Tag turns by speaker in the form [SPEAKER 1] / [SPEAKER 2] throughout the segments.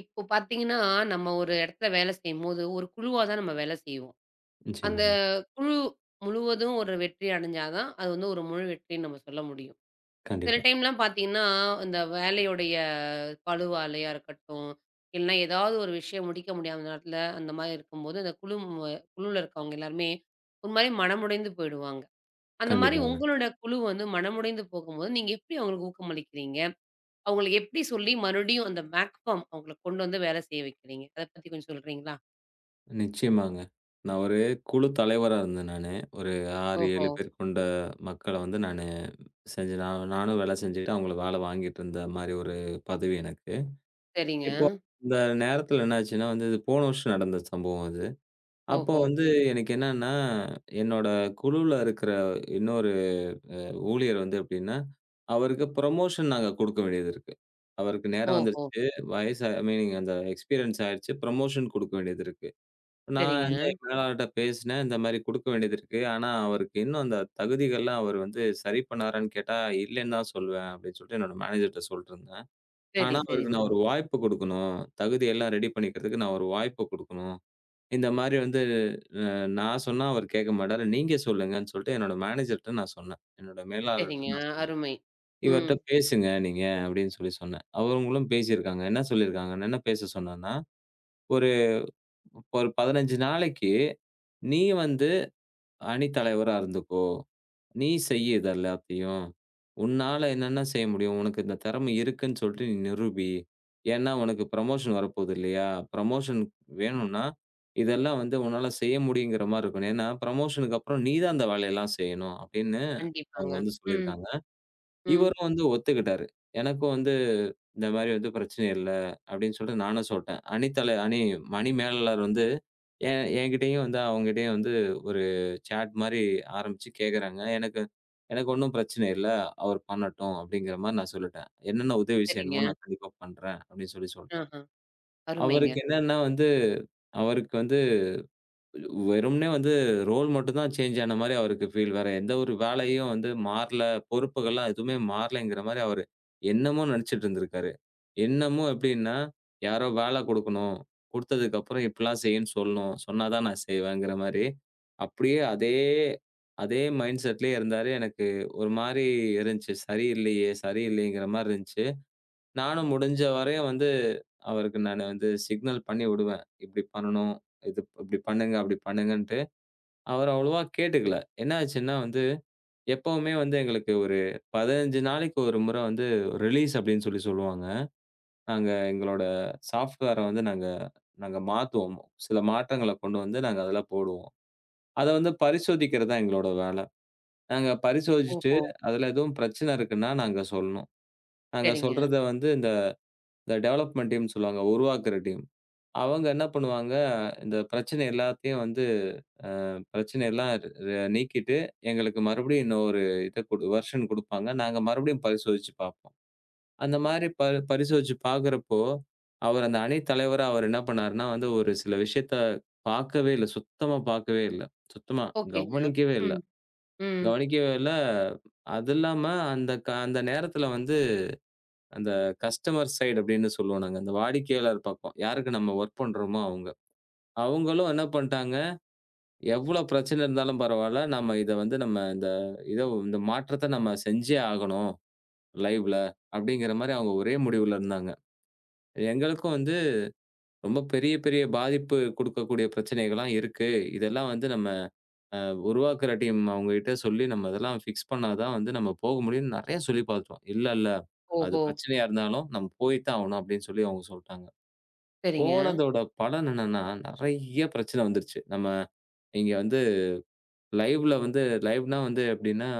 [SPEAKER 1] இப்போ பார்த்தீங்கன்னா, நம்ம ஒரு இடத்துல வேலை செய்யும்போது, ஒரு குழுவா தான் நம்ம வேலை செய்வோம். அந்த
[SPEAKER 2] நிச்சயமாங்க.
[SPEAKER 1] குழு முழுவதும் ஒரு வெற்றி அடைஞ்சா தான், அது வந்து ஒரு முழு வெற்றின்னு நம்ம சொல்ல முடியும். சில
[SPEAKER 2] கண்டிப்பா,
[SPEAKER 1] டைம்லாம் பார்த்தீங்கன்னா, இந்த வேலையுடைய பளுவாலயா இருக்கட்டும், இல்லைன்னா ஏதாவது ஒரு விஷயம் முடிக்க முடியாத நேரத்துல, அந்த மாரி இருக்கும்போது, அந்த குழு குழுவுல இருக்கவங்க எல்லாருமே ஒரு மாரி மனமுடைந்து போயிடுவாங்க. அந்த மாரி
[SPEAKER 2] கண்டிப்பாங்க.
[SPEAKER 1] உங்களோட குழு வந்து மனமுடைந்து போகும்போது, நீங்க எப்படி அவங்களுக்கு ஊக்கமளிக்கிறீங்க? அவங்கள எப்படி சொல்லி மறுபடியும் அந்த பேக் ஃபார்ம் அவங்கள கொண்டு வந்து வேலை செய்ய வைக்கிறீங்க? அத பத்தி கொஞ்சம் சொல்றீங்களா?
[SPEAKER 2] நிச்சயமாங்க. நான் ஒரு குழு தலைவரா இருந்தேன் நானு. ஒரு 6,
[SPEAKER 1] ஓஹோ!
[SPEAKER 2] 7 பேர் கொண்ட மக்கள வந்து நானு செஞ்சு நானும் வேலை செஞ்சுட்டு, அவங்கள வேலை வாங்கிட்டு இருந்த மாரி ஒரு பதவி எனக்கு.
[SPEAKER 1] சரிங்க.
[SPEAKER 2] இப்போ இந்த நேரத்தில என்ன ஆச்சுன்னா வந்து, இது போன வருஷம் நடந்த சம்பவம் அது. அப்போ
[SPEAKER 1] ஓஹோ!
[SPEAKER 2] வந்து எனக்கு என்னன்னா, என்னோட குழுல இருக்கிற இன்னொரு ஊழியர் வந்து எப்படின்னா, அவருக்கு புரமோஷன் நாங்க குடுக்க வேண்டியது இருக்கு. அவருக்கு நேரம்
[SPEAKER 1] ஓஹோ!
[SPEAKER 2] வந்துருச்சு. வயசு ஐ மீனிங் அந்த எக்ஸ்பீரியன்ஸ் ஆயிருச்சு. புரமோஷன் குடுக்க வேண்டியது இருக்கு. நான்
[SPEAKER 1] சரிங்க.
[SPEAKER 2] வந்து என் மேலாளர்ட்ட பேசினேன். இந்த மாரி குடுக்க வேண்டியது இருக்கு. ஆனா, அவருக்கு இன்னும் அந்த தகுதிகள்லாம் அவர் வந்து சரி பண்ணாரான்னு கேட்டா, இல்லன்னு தான் சொல்லுவேன் அப்படின்னு சொல்லிட்டு என்னோட மேனேஜர்ட்ட சொல்லிட்டு இருந்தேன்.
[SPEAKER 1] சரி,
[SPEAKER 2] ஆனா,
[SPEAKER 1] சரி,
[SPEAKER 2] அவருக்கு நான்
[SPEAKER 1] சரி.
[SPEAKER 2] ஒரு வாய்ப்பு குடுக்கணும். தகுதியெல்லாம் ரெடி பண்ணிக்கிறதுக்கு நான் ஒரு வாய்ப்பு குடுக்கணும். இந்த மாரி வந்து நான் சொன்னா அவர் கேட்க மாட்டாரு. நீங்க சொல்லுங்கன்னு சொல்லிட்டு என்னோட மேனேஜர்ட்ட நான் சொன்னேன். என்னோட மேலாளர்ட்ட
[SPEAKER 1] சரிங்க.
[SPEAKER 2] நான் சொன்னேன்.
[SPEAKER 1] அருமை. ம்.
[SPEAKER 2] இவர்ட்ட பேசுங்க நீங்க அப்படின்னு சொல்லி சொன்னேன். அவங்களும் பேசியிருக்காங்க. என்ன சொல்லியிருக்காங்க? என்ன பேச சொன்னேன்னா, ஒரு ஒரு 15 நாளைக்கு நீ வந்து அணித்தலைவரா இருந்துக்கோ. நீ செய்யி இது எல்லாத்தையும். உன்னால என்னென்ன செய்ய முடியும்? உனக்கு இந்த திறமை இருக்குன்னு சொல்லிட்டு நீ நிரூபி. ஏன்னா உனக்கு புரமோஷன் வரப்போது இல்லையா? புரமோஷன் வேணும்னா, இதெல்லாம் வந்து உன்னால செய்ய முடியுங்கிற மாரி இருக்கணும். ஏன்னா புரமோஷனுக்கு அப்புறம் நீ தான் அந்த வேலையெல்லாம் செய்யணும் அப்படின்னு
[SPEAKER 1] கண்டிப்பாங்க.
[SPEAKER 2] அவங்க வந்து
[SPEAKER 1] ம்,
[SPEAKER 2] சொல்லியிருக்காங்க.
[SPEAKER 1] ம்.
[SPEAKER 2] இவரும் வந்து ஒத்துக்கிட்டாரு. எனக்கும் வந்து இந்த மாரி வந்து பிரச்சனை இல்ல அப்டின்னு சொல்லிட்டு நானும் சொல்ட்டேன். அணி தலை அணி அணி மேலாளர் வந்து என் என்கிட்டயும் வந்து அவங்ககிட்டயும் வந்து ஒரு சாட் மாரி ஆரம்பிச்சு கேட்கறாங்க. எனக்கு எனக்கு ஒண்ணும் பிரச்சனை இல்ல. அவர் பண்ணட்டும் அப்டிங்கிற மாரி நான் சொல்லிட்டேன். என்னென்ன உதவி செய்யணுமோ
[SPEAKER 1] சரிங்க.
[SPEAKER 2] நான் கண்டிப்பா பண்றேன் அப்டின்னு சொல்லி சொல்ட்டேன்.
[SPEAKER 1] ஆஹ. அருமைங்க.
[SPEAKER 2] அவருக்கு என்னன்னா வந்து அவருக்கு வந்து வெறுமனே வந்து ரோல் மட்டும் தான் சேஞ்ச் ஆன மாரி அவருக்கு ஃபீல். வேற எந்த ஒரு வேலையும் வந்து மாறல, பொறுப்புகள்லாம் எதுவுமே மாறலைங்கிற மாரி அவரு என்னமோ நெனச்சுட்டு இருந்திருக்காரு. என்னமோ எப்படின்னா, யாரோ வேல குடுக்கணும். குடுத்ததுக்கு அப்புறம் இப்படிலாம் செய்யுன்னு சொல்லணும். சொன்னா தான் நான் செய்வேங்கிற மாரி, அப்படியே அதே அதே மைண்ட் செட்லயே இருந்தாரு. எனக்கு ஒரு மாரி இருந்துச்சு. சரியில்லையே! சரியில்லையேங்கிற மாரி இருந்துச்சு. நானும் முடிஞ்ச வரையும் வந்து, அவருக்கு நானு வந்து சிக்னல் பண்ணி விடுவேன். இப்டி பண்ணணும். இது இப்டி பண்ணுங்க, அப்டி பண்ணுங்கன்ட்டு. அவரு அவ்வளவா கேட்டுக்கல. என்ன ஆச்சுன்னா வந்து, எப்பவுமே வந்து எங்களுக்கு ஒரு 15 நாளைக்கு ஒரு முறை வந்து ரிலீஸ் அப்டின்னு சொல்லி சொல்லுவாங்க. நாங்க எங்களோட சாஃப்ட்வேர வந்து நாங்க நாங்க மாத்துவோம். சில மாற்றங்கள கொண்டு வந்து நாங்க அதுல போடுவோம். அத வந்து பரிசோதிக்கிறது தான் எங்களோட வேல. நாங்க பரிசோதிச்சுட்டு,
[SPEAKER 1] ஓஹோ!
[SPEAKER 2] அதுல எதுவும் பிரச்சனை இருக்குன்னா நாங்க சொல்லணும். நாங்க
[SPEAKER 1] சரிங்க.
[SPEAKER 2] சொல்றத வந்து இந்த இந்த டெவலப்மெண்ட் டீம்னு சொல்லுவாங்க. உருவாக்குற டீம். அவங்க என்ன பண்ணுவாங்க, இந்த பிரச்சனை எல்லாத்தையும் வந்து பிரச்சனையெல்லாம் ர ர- நீக்கிட்டு, எங்களுக்கு மறுபடியும் இன்னொரு இத குடு வெர்ஷன் குடுப்பாங்க. நாங்க மறுபடியும் பரிசோதிச்சு பார்ப்போம். அந்த மாரி ப பரிசோதிச்சு பார்க்கிறப்போ, அவர் அந்த அணி தலைவரா அவர் என்ன பண்ணாருன்னா, வந்து ஒரு சில விஷயத்த பார்க்கவே இல்ல. சுத்தமா பார்க்கவே இல்ல. சுத்தமா
[SPEAKER 1] ஓகேங்க.
[SPEAKER 2] கவனிக்கவே இல்ல.
[SPEAKER 1] ம், ம்.
[SPEAKER 2] கவனிக்கவே இல்ல. அது இல்லாம அந்த நேரத்துல வந்து அந்த கஸ்டமர் சைடு அப்படின்னு சொல்லுவோம் நாங்க. அந்த வாடிக்கையாளர் பக்கம். யாருக்கு நம்ம வொர்க் பண்றோமோ அவங்க. அவங்களும் என்ன பண்ட்டாங்க எவ்வளோ பிரச்சனை இருந்தாலும் பரவால்ல. நம்ம இத வந்து நம்ம இந்த இத இந்த மாற்றத்த நம்ம செஞ்சே ஆகணும் லைவ்ல. அப்டிங்கிற மாரி அவங்க ஒரே முடிவுல இருந்தாங்க. எங்களுக்கும் வந்து ரொம்ப பெரிய, பெரிய பாதிப்பு குடுக்கக்கூடிய பிரச்சனைகள்லாம் இருக்கு. இதெல்லாம் வந்து நம்ம உருவாக்குற டீம் அவங்ககிட்ட சொல்லி நம்ம இதெல்லாம் ஃபிக்ஸ் பண்ணா தான் வந்து நம்ம போக முடியும்னு நெறைய சொல்லி பாத்துட்டோம். இல்ல. அது
[SPEAKER 1] ஓஹோ!
[SPEAKER 2] பிரச்சனையா இருந்தாலும் நம்ம போய் தான் ஆகணும் அப்டின்னு சொல்லி அவங்க சொல்ட்டாங்க.
[SPEAKER 1] சரிங்க,
[SPEAKER 2] போனதோட பலன் என்னன்னா, நெறைய பிரச்சனை வந்துருச்சு. நம்ம இங்க வந்து லைவ்ல வந்து லைவ்னா வந்து எப்டின்னா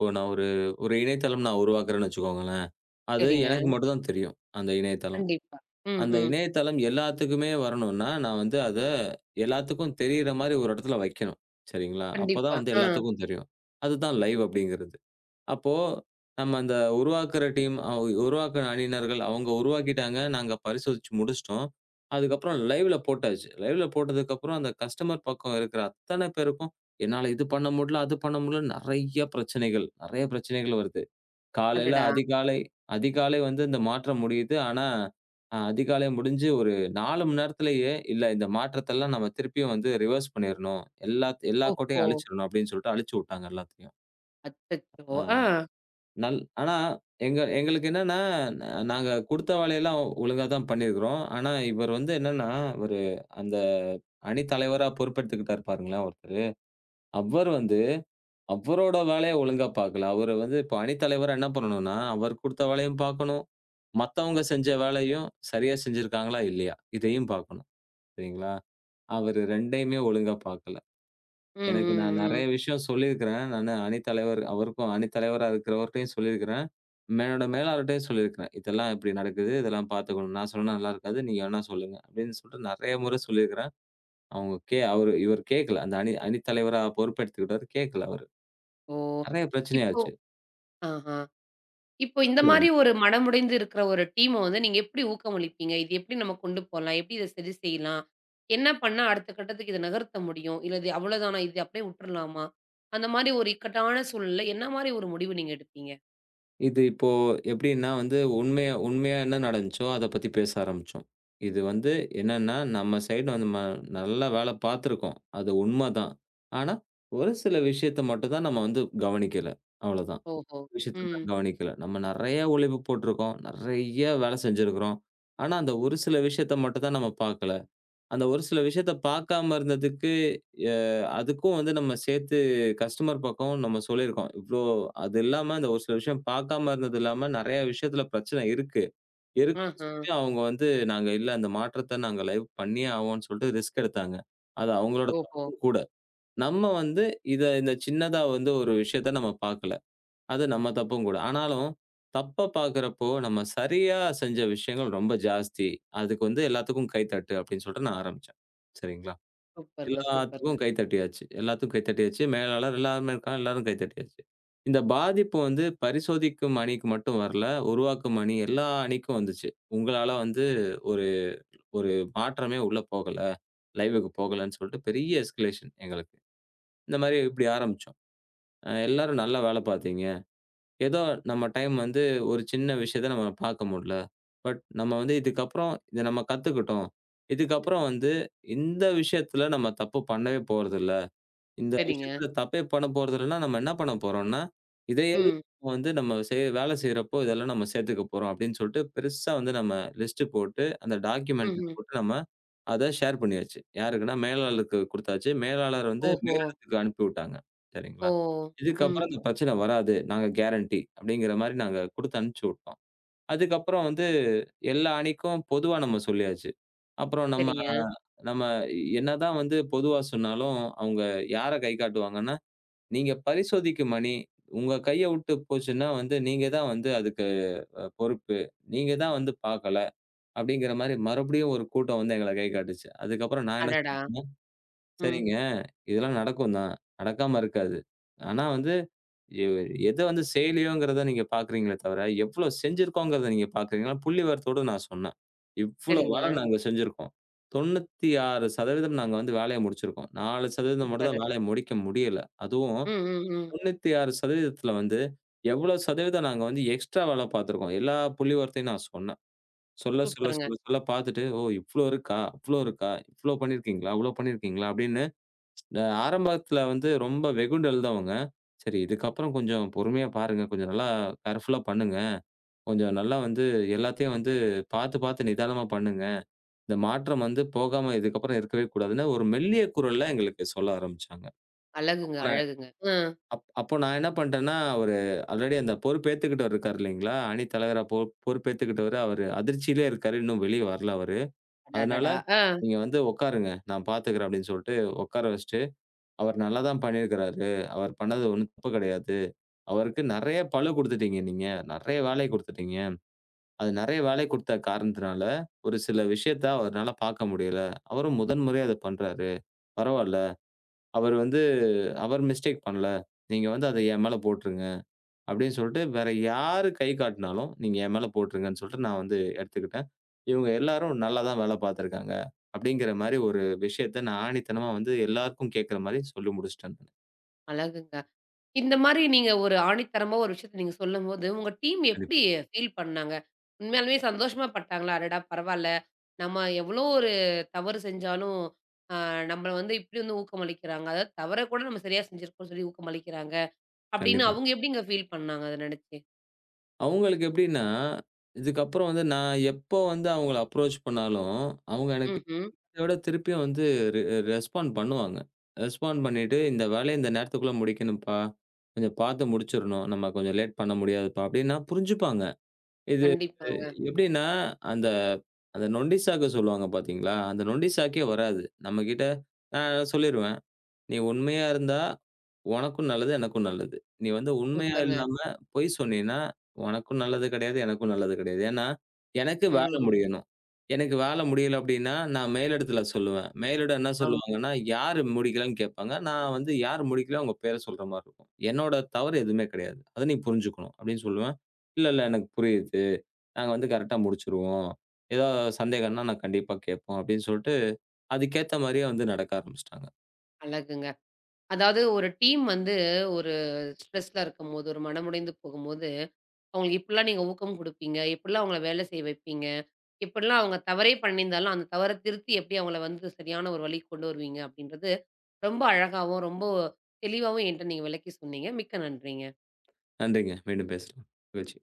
[SPEAKER 2] இப்போ நான் ஒரு ஒரு இணையதளம் நான் உருவாக்குறேன்னு வச்சுக்கோங்களேன். அது
[SPEAKER 1] சரிங்க.
[SPEAKER 2] எனக்கு மட்டும் தான் தெரியும். அந்த இணையதளம்.
[SPEAKER 1] கண்டிப்பா. ம்,
[SPEAKER 2] அந்த
[SPEAKER 1] ம்.
[SPEAKER 2] இணையதளம் எல்லாத்துக்குமே வரணும்னா, நான் வந்து அத எல்லாத்துக்கும் தெரியிற மாரி ஒரு இடத்துல வைக்கணும். சரிங்களா? அப்பதான்
[SPEAKER 1] கண்டிப்பா.
[SPEAKER 2] வந்து
[SPEAKER 1] ஆ.
[SPEAKER 2] எல்லாத்துக்கும் தெரியும். அதுதான் லைவ் அப்படிங்கிறது. அப்போ நம்ம அந்த உருவாக்குற டீம் உருவாக்குன அணியினர்கள் அவங்க உருவாக்கிட்டாங்க. நாங்க பரிசோதிச்சு முடிச்சுட்டோம். அதுக்கப்புறம் லைவ்ல போட்டாச்சு. லைவ்ல போட்டதுக்கப்புறம் அந்த கஸ்டமர் பக்கம் இருக்கிற அத்தன பேருக்கும், என்னால இது பண்ண முடியல, அது பண்ண முடியல நெறைய பிரச்சனைகள், நெறைய பிரச்சனைகள் வருது. காலையில
[SPEAKER 1] அடடா!
[SPEAKER 2] அதிகாலை அதிகாலை வந்து இந்த மாற்றம் முடியுது. ஆனா, அதிகாலை முடிஞ்சு ஒரு 4 மணி நேரத்திலேயே, "இல்ல இந்த மாற்றத்தெல்லாம் நம்ம திருப்பியும் வந்து ரிவர்ஸ் பண்ணிறணும். எல்லா
[SPEAKER 1] ஓஹோ!
[SPEAKER 2] கோட்டையும் அழிச்சிறணும்." அப்படின்னு சொல்லிட்டு அழிச்சு விட்டாங்க எல்லாத்தையும்.
[SPEAKER 1] அச்சச்சோ! ஆ.
[SPEAKER 2] அ. நல் ஆனா எங்களுக்கு என்னன்னா, ந நாங்க குடுத்த வேலையெல்லாம் ஒழுங்கா தான் பண்ணியிருக்கிறோம். ஆனா இவர் வந்து என்னன்னா, ஒரு அந்த அணி தலைவரா பொறுப்பெடுத்துக்கிட்டாரு பாருங்களேன் ஒருத்தரு. அவர் வந்து அவரோட வேலைய ஒழுங்கா பார்க்கல. அவரு வந்து இப்ப அணி தலைவரா என்ன பண்ணணும்னா, அவர் குடுத்த வேலையும் பார்க்கணும். மத்தவங்க செஞ்ச வேலையும் சரியா செஞ்சிருக்காங்களா? இல்லையா? இதையும் பார்க்கணும். சரிங்களா? அவரு 2யுமே ஒழுங்கா பார்க்கல.
[SPEAKER 1] ம்,
[SPEAKER 2] எனக்கு நான்
[SPEAKER 1] ம், ம்.
[SPEAKER 2] நெறைய விஷயம் சொல்லியிருக்கிறேன். நானு அணித்தலைவர் அவருக்கும் அணித்தலைவரா இருக்கிறவர்ட்டயும் சொல்லியிருக்கிறேன். என்னோட மேலாளர்ட்டயும் சொல்லியிருக்கிறேன். இதெல்லாம் இப்படி நடக்குது. இதெல்லாம் பார்த்துக்கணும். நான் சொன்னா நல்லா இருக்காது. நீங்க வேணா சொல்லுங்க. அப்படின்னு சொல்லிட்டு நெறைய முறை சொல்லியிருக்கிறேன். அவங்க கே அவரு இவர் கேட்கல. அந்த அணித்தலைவரா பொறுப்பெடுத்துக்கிட்டாரு. கேட்கல அவரு.
[SPEAKER 1] ஓ!
[SPEAKER 2] நெறைய
[SPEAKER 1] இப்போ
[SPEAKER 2] பிரச்சனையாச்சு.
[SPEAKER 1] ஆஹா. இப்போ இந்த
[SPEAKER 2] சொல்லுங்க.
[SPEAKER 1] மாரி ஒரு மனமுடைந்து இருக்கிற ஒரு டீம வந்து நீங்க எப்படி ஊக்கமளிப்பீங்க? இது எப்படி நம்ம கொண்டு போலாம்? எப்படி இத சரி செய்யலாம்? என்ன பண்ணா அடுத்த கட்டத்துக்கு இத நகர்த்த முடியும்? இல்ல இது அவ்வளோதானா? இது அப்படியே விட்டுறலாமா? அந்த மாரி ஒரு இக்கட்டான சூழல்ல என்ன மாரி ஒரு முடிவு நீங்க எடுப்பீங்க?
[SPEAKER 2] இது இப்போ எப்படின்னா வந்து உண்மையா உண்மையா என்ன நடந்துச்சோ அத பத்தி பேச ஆரம்பிச்சோம். இது வந்து என்னன்னா, நம்ம சைடு வந்து ம நல்லா வேலை பார்த்துருக்கோம். அது உண்மதான். ஆனா, ஒரு சில விஷயத்த மட்டும் தான் நம்ம வந்து கவனிக்கல. அவ்வளோதான்.
[SPEAKER 1] ஓஹோ!
[SPEAKER 2] விஷயத்த
[SPEAKER 1] ம்.
[SPEAKER 2] தான் கவனிக்கல. நம்ம நெறைய உழைப்பு போட்டிருக்கோம். நெறைய வேலை செஞ்சிருக்கிறோம். ஆனா, அந்த ஒரு சில விஷயத்த மட்டும் தான் நம்ம பார்க்கல. அந்த ஒரு சில விஷயத்த பார்க்காம இருந்ததுக்கு, எ அதுக்கும் வந்து நம்ம சேர்த்து கஸ்டமர் பக்கம் நம்ம சொல்லியிருக்கோம். இவ்ளோ அது இல்லாம இந்த ஒரு சில விஷயம் பார்க்காம இருந்தது இல்லாம நெறைய விஷயத்துல பிரச்சனை இருக்கு. இருக்குன்னு
[SPEAKER 1] ஆஹா!
[SPEAKER 2] சொல்லி அவங்க வந்து நாங்க இல்ல அந்த மாற்றத்த நாங்க லைவ் பண்ணியே ஆவோம்ன்னு சொல்லிட்டு ரிஸ்க் எடுத்தாங்க. அது அவங்களோட
[SPEAKER 1] ஓஹோ!
[SPEAKER 2] தப்பும் கூட. நம்ம வந்து இந்த சின்னதா வந்து ஒரு விஷயத்த நம்ம பார்க்கல. அது நம்ம தப்பும் கூட. ஆனாலும், தப்ப பார்க்கிறப்போ, நம்ம சரியா செஞ்ச விஷயங்கள் ரொம்ப ஜாஸ்தி. அதுக்கு வந்து எல்லாத்துக்கும் கைத்தட்டு அப்படின்னு சொல்லிட்டு நான் ஆரம்பிச்சேன். சரிங்களா?
[SPEAKER 1] சூப்பருங்க,
[SPEAKER 2] எல்லாத்துக்கும்
[SPEAKER 1] சூப்பருங்க.
[SPEAKER 2] கைத்தட்டியாச்சு. எல்லாத்துக்கும் கைத்தட்டியாச்சு. மேலாளர் எல்லாருமே இருக்காங்க. எல்லாரும் கைத்தட்டியாச்சு. இந்த பாதிப்பு வந்து பரிசோதிக்கும் அணிக்கு மட்டும் வரல. உருவாக்கும் அணி எல்லா அணிக்கும் வந்துச்சு. உங்களால வந்து ஒரு ஒரு மாற்றமே உள்ள போகல. லைவுக்கு போகலன்னு சொல்லிட்டு பெரிய எஸ்கலேஷன் எங்களுக்கு. இந்த மாரி இப்படி ஆரம்பிச்சோம். எல்லாரும் நல்லா வேலை பார்த்தீங்க. ஏதோ நம்ம டைம் வந்து ஒரு சின்ன விஷயத்த நம்ம பார்க்க முடில. பட் நம்ம வந்து இதுக்கப்புறம் இத நம்ம கத்துக்கிட்டோம். இதுக்கப்புறம் வந்து இந்த விஷயத்துல நம்ம தப்பு பண்ணவே போறதில்ல. இந்த
[SPEAKER 1] சரிங்க.
[SPEAKER 2] விஷயத்துல தப்பே பண்ண போறது இல்லன்னா, நம்ம என்ன பண்ண போறோம்னா, இதையே
[SPEAKER 1] ம்.
[SPEAKER 2] வந்து நம்ம செய் வேல செய்றப்போ இதெல்லாம் நம்ம சேர்த்துக்க போறோம் அப்படின்னு சொல்லிட்டு, பெருசா வந்து நம்ம லிஸ்ட் போட்டு, அந்த டாக்குமெண்ட்
[SPEAKER 1] ம்ஹ்ம்.
[SPEAKER 2] போட்டு நம்ம அத ஷேர் பண்ணியாச்சு. யாருக்குன்னா மேலாளருக்கு குடுத்தாச்சு. மேலாளர் வந்து
[SPEAKER 1] ஓஹோ!
[SPEAKER 2] மேலிடத்துக்கு அனுப்பிவிட்டாங்க.
[SPEAKER 1] ஓ!
[SPEAKER 2] சரிங்களா?
[SPEAKER 1] ம்.
[SPEAKER 2] இதுக்கப்புறம் இந்த பிரச்சனை வராது. நாங்க கேரண்டி அப்படிங்கிற மாரி நாங்க குடுத்து அனுப்பிச்சு விட்டோம். அதுக்கப்புறம் வந்து எல்லா அணிக்கும் பொதுவா நம்ம சொல்லியாச்சு. அப்புறம் நம்ம
[SPEAKER 1] சரிங்க.
[SPEAKER 2] நம்ம என்னதான் வந்து பொதுவா சொன்னாலும், அவங்க யார கை காட்டுவாங்கன்னா, "நீங்க பரிசோதிக்கும் அணி, உங்க கைய விட்டு போச்சுன்னா வந்து நீங்க தான் வந்து அதுக்கு பொறுப்பு. நீங்க தான் வந்து பார்க்கல." அப்படிங்கிற மாரி மறுபடியும் ஒரு கூட்டம் வந்து எங்கள கை காட்டுச்சு. அதுக்கப்புறம் நான் என்ன
[SPEAKER 1] அடடா!
[SPEAKER 2] சொன்னேன்னா,
[SPEAKER 1] ம்.
[SPEAKER 2] "சரிங்க, இதெல்லாம் நடக்கும் தான். நடக்காம இருக்காது. ஆனா வந்து எ எத வந்து செய்யலையோங்கிறத நீங்க பார்க்குறீங்களே தவிர, எவ்வளோ செஞ்சிருக்கோங்கிறத நீங்க பார்க்குறீங்களா? புள்ளிவிவரத்தோட நான் சொன்னேன். இவ்ளோ
[SPEAKER 1] சரிங்க.
[SPEAKER 2] வேலை நாங்க செஞ்சிருக்கோம். 96% நாங்க வந்து வேலைய முடிச்சிருக்கோம். 4% மட்டும்
[SPEAKER 1] சூப்பரு.
[SPEAKER 2] தான் வேலைய முடிக்க முடியல. அதுவும்
[SPEAKER 1] ம், ம், ம்.
[SPEAKER 2] 96%த்துல வந்து எவ்வளோ சதவீதம் நாங்க வந்து எக்ஸ்ட்ரா வேலை பார்த்துருக்கோம். எல்லா புள்ளிவிவரத்தையும் நான் சொன்னேன். சொல்ல, சொல்ல,
[SPEAKER 1] சூப்பருங்க.
[SPEAKER 2] சொல்ல, சொல்ல பார்த்துட்டு, "ஓ! இவ்ளோ இருக்கா? அவ்ளோ இருக்கா? இவ்ளோ பண்ணியிருக்கீங்களா? அவ்ளோ பண்ணியிருக்கீங்களா?" அப்படின்னு இந்த ஆரம்பத்துல வந்து ரொம்ப வெகுண்டு எழுதவங்க. சரி இதுக்கப்புறம் கொஞ்சம் பொறுமையா பாருங்க. கொஞ்சம் நல்லா கேர்ஃபுல்லா பண்ணுங்க. கொஞ்சம் நல்லா வந்து எல்லாத்தையும் வந்து பார்த்து நிதானமா பண்ணுங்க. இந்த மாற்றம் வந்து போகாம இதுக்கப்புறம் இருக்கவே கூடாதுன்னு ஒரு மெல்லிய குரல்ல எங்களுக்கு சொல்ல ஆரம்பிச்சாங்க. அப்ப
[SPEAKER 1] அழகுங்க,
[SPEAKER 2] நான்
[SPEAKER 1] அழகுங்க. அ.
[SPEAKER 2] அப்போ நான் என்ன பண்ட்டேன்னா, அவரு ஆல்ரெடி அந்த பொறுப்பேத்துக்கிட்டவர் இருக்காரு இல்லைங்களா? அணி தலைவரா பொ பொறுப்பேத்துக்கிட்டவரு அவரு அதிர்ச்சியிலே இருக்காரு. இன்னும் வெளிய வரல அவரு. அதனால,
[SPEAKER 1] அடடடா! ஆ.
[SPEAKER 2] "நீங்க வந்து உட்காருங்க. நான் பார்த்துக்கிறேன்" அப்படின்னு சொல்ட்டு உட்கார வச்சுட்டு அவர் நல்லா தான் பண்ணியிருக்கிறாரு. அவர் பண்ணது ஒண்ணும் தப்பு கிடையாது. அவருக்கு நெறைய பளு குடுத்துட்டீங்க நீங்க. நெறைய வேலை குடுத்துட்டீங்க. அது நெறைய வேலை குடுத்த காரணத்தினால, ஒரு சில விஷயத்த அவரால பார்க்க முடியல. அவரும் முதன் முறையா அத பண்றாரு. பரவால்ல. அவர் வந்து அவர் மிஸ்டேக் பண்ணல. நீங்க வந்து அத என் மேல போட்டுருங்க. அப்படின்னு சொல்லிட்டு வேற யாரு கை காட்டினாலும், நீங்க என் மேல போட்டுருங்கன்னு சொல்லிட்டு நான் வந்து எடுத்துக்கிட்டேன். இவங்க எல்லாரும் நல்லா தான் வேலை பார்த்துருக்காங்க. அப்படிங்கிற மாரி ஒரு விஷயத்த நான் ஆணித்தனமா வந்து எல்லாருக்கும் கேட்கிற மாரி சொல்லி முடிச்சுட்டேன் நானு.
[SPEAKER 1] அழகுங்க. இந்த மாரி நீங்க ஒரு ஆணித்தரமா ஒரு விஷயத்த நீங்க சொல்லும்போது, உங்க டீம்
[SPEAKER 2] கண்டிப்பா.
[SPEAKER 1] எப்படி ஃபீல் பண்ணாங்க? உண்மையாலுமே சந்தோஷமா பட்டாங்களா? அடடா! பரவால்ல. நம்ம எவ்வளோ ஒரு தவறு செஞ்சாலும், அ நம்மள வந்து இப்படி வந்து ஊக்கமளிக்கிறாங்க. அதாவது தவற கூட நம்ம சரியா செஞ்சிருக்கோம்னு சொல்லி ஊக்கமளிக்கிறாங்க. அப்படின்னு
[SPEAKER 2] கண்டிப்பா.
[SPEAKER 1] அவங்க எப்படிங்க ஃபீல் பண்ணாங்க அத நெனச்சு?
[SPEAKER 2] அவங்களுக்கு எப்படின்னா, இதுக்கப்புறம் வந்து நான் எப்போ வந்து அவங்கள அப்ரோச் பண்ணாலும், அவங்க எனக்கு
[SPEAKER 1] ம்ஹ்ம்.
[SPEAKER 2] இத விட திருப்பியும் வந்து ரெ ரெஸ்பாண்ட் பண்ணுவாங்க. ரெஸ்பாண்ட் பண்ணிட்டு, "இந்த வேலைய இந்த நேரத்துக்குள்ள முடிக்கணும்ப்பா. கொஞ்சம் பார்த்து முடிச்சிரணும். நம்ம கொஞ்சம் லேட் பண்ண முடியாதுப்பா" அப்படின்னா புரிஞ்சுப்பாங்க. இது
[SPEAKER 1] கண்டிப்பாங்க.
[SPEAKER 2] எப்படின்னா, அந்த அந்த நொண்டி சாக்கு சொல்லுவாங்க பார்த்தீங்களா? அந்த நொண்டி சாக்கே வராது. நம்மகிட்ட நான் சொல்லிருவேன். "நீ உண்மையா இருந்தா உனக்கும் நல்லது, எனக்கும் நல்லது. நீ வந்து உண்மையா
[SPEAKER 1] சூப்பருங்க.
[SPEAKER 2] இல்லாம பொய் சொன்னீன்னா, உனக்கும் நல்லது கிடையாது, எனக்கும் நல்லது கிடையாது. ஏன்னா, எனக்கு வேலை
[SPEAKER 1] ம்.
[SPEAKER 2] முடியணும். எனக்கு வேலை முடியல அப்டின்னா, நான் மேலிடத்துல சொல்லுவேன். மேலிடம் என்ன
[SPEAKER 1] ஆமா.
[SPEAKER 2] சொல்லுவாங்கன்னா, யாரு முடிக்கலன்னு கேட்பாங்க. நான் வந்து யார் முடிக்கலையோ அவங்க பேர சொல்ற மாரி இருக்கும். என்னோட தவறு எதுவுமே கிடையாது. அத நீ புரிஞ்சுக்கணும் அப்டின்னு சொல்லுவேன். இல்ல எனக்கு புரியுது. நாங்க வந்து கரெக்ட்டா முடிச்சுருவோம். ஏதா சந்தேகம்னா நான் கண்டிப்பா கேட்போம் அப்டின்னு சொல்ட்டு, அதுக்கேத்த மாரியே வந்து நடக்க ஆரம்பிச்சுட்டாங்க.
[SPEAKER 1] அழகுங்க. அதாவது ஒரு டீம் வந்து ஒரு ஸ்ட்ரெஸ்ல இருக்கும்போது, ஒரு மனமுடைந்து போகும்போது, அவங்களுக்கு இப்படிலாம் நீங்க ஊக்கம் குடுப்பீங்க. இப்படிலாம் அவங்கள வேலை செய்ய வைப்பீங்க. எப்படிலாம் அவங்க தவறே பண்ணியிருந்தாலும், அந்த தவற திருத்தி எப்படி அவங்கள வந்து சரியான ஒரு வழிக்கு கொண்டு வருவீங்க அப்படின்றது, ரொம்ப அழகாவும், ரொம்ப தெளிவாவும் என்ட்ட நீங்க விளக்கி சொன்னீங்க. மிக்க நன்றிங்க.
[SPEAKER 2] நன்றிங்க. மீண்டும் பேசலாம். மகிழ்ச்சி.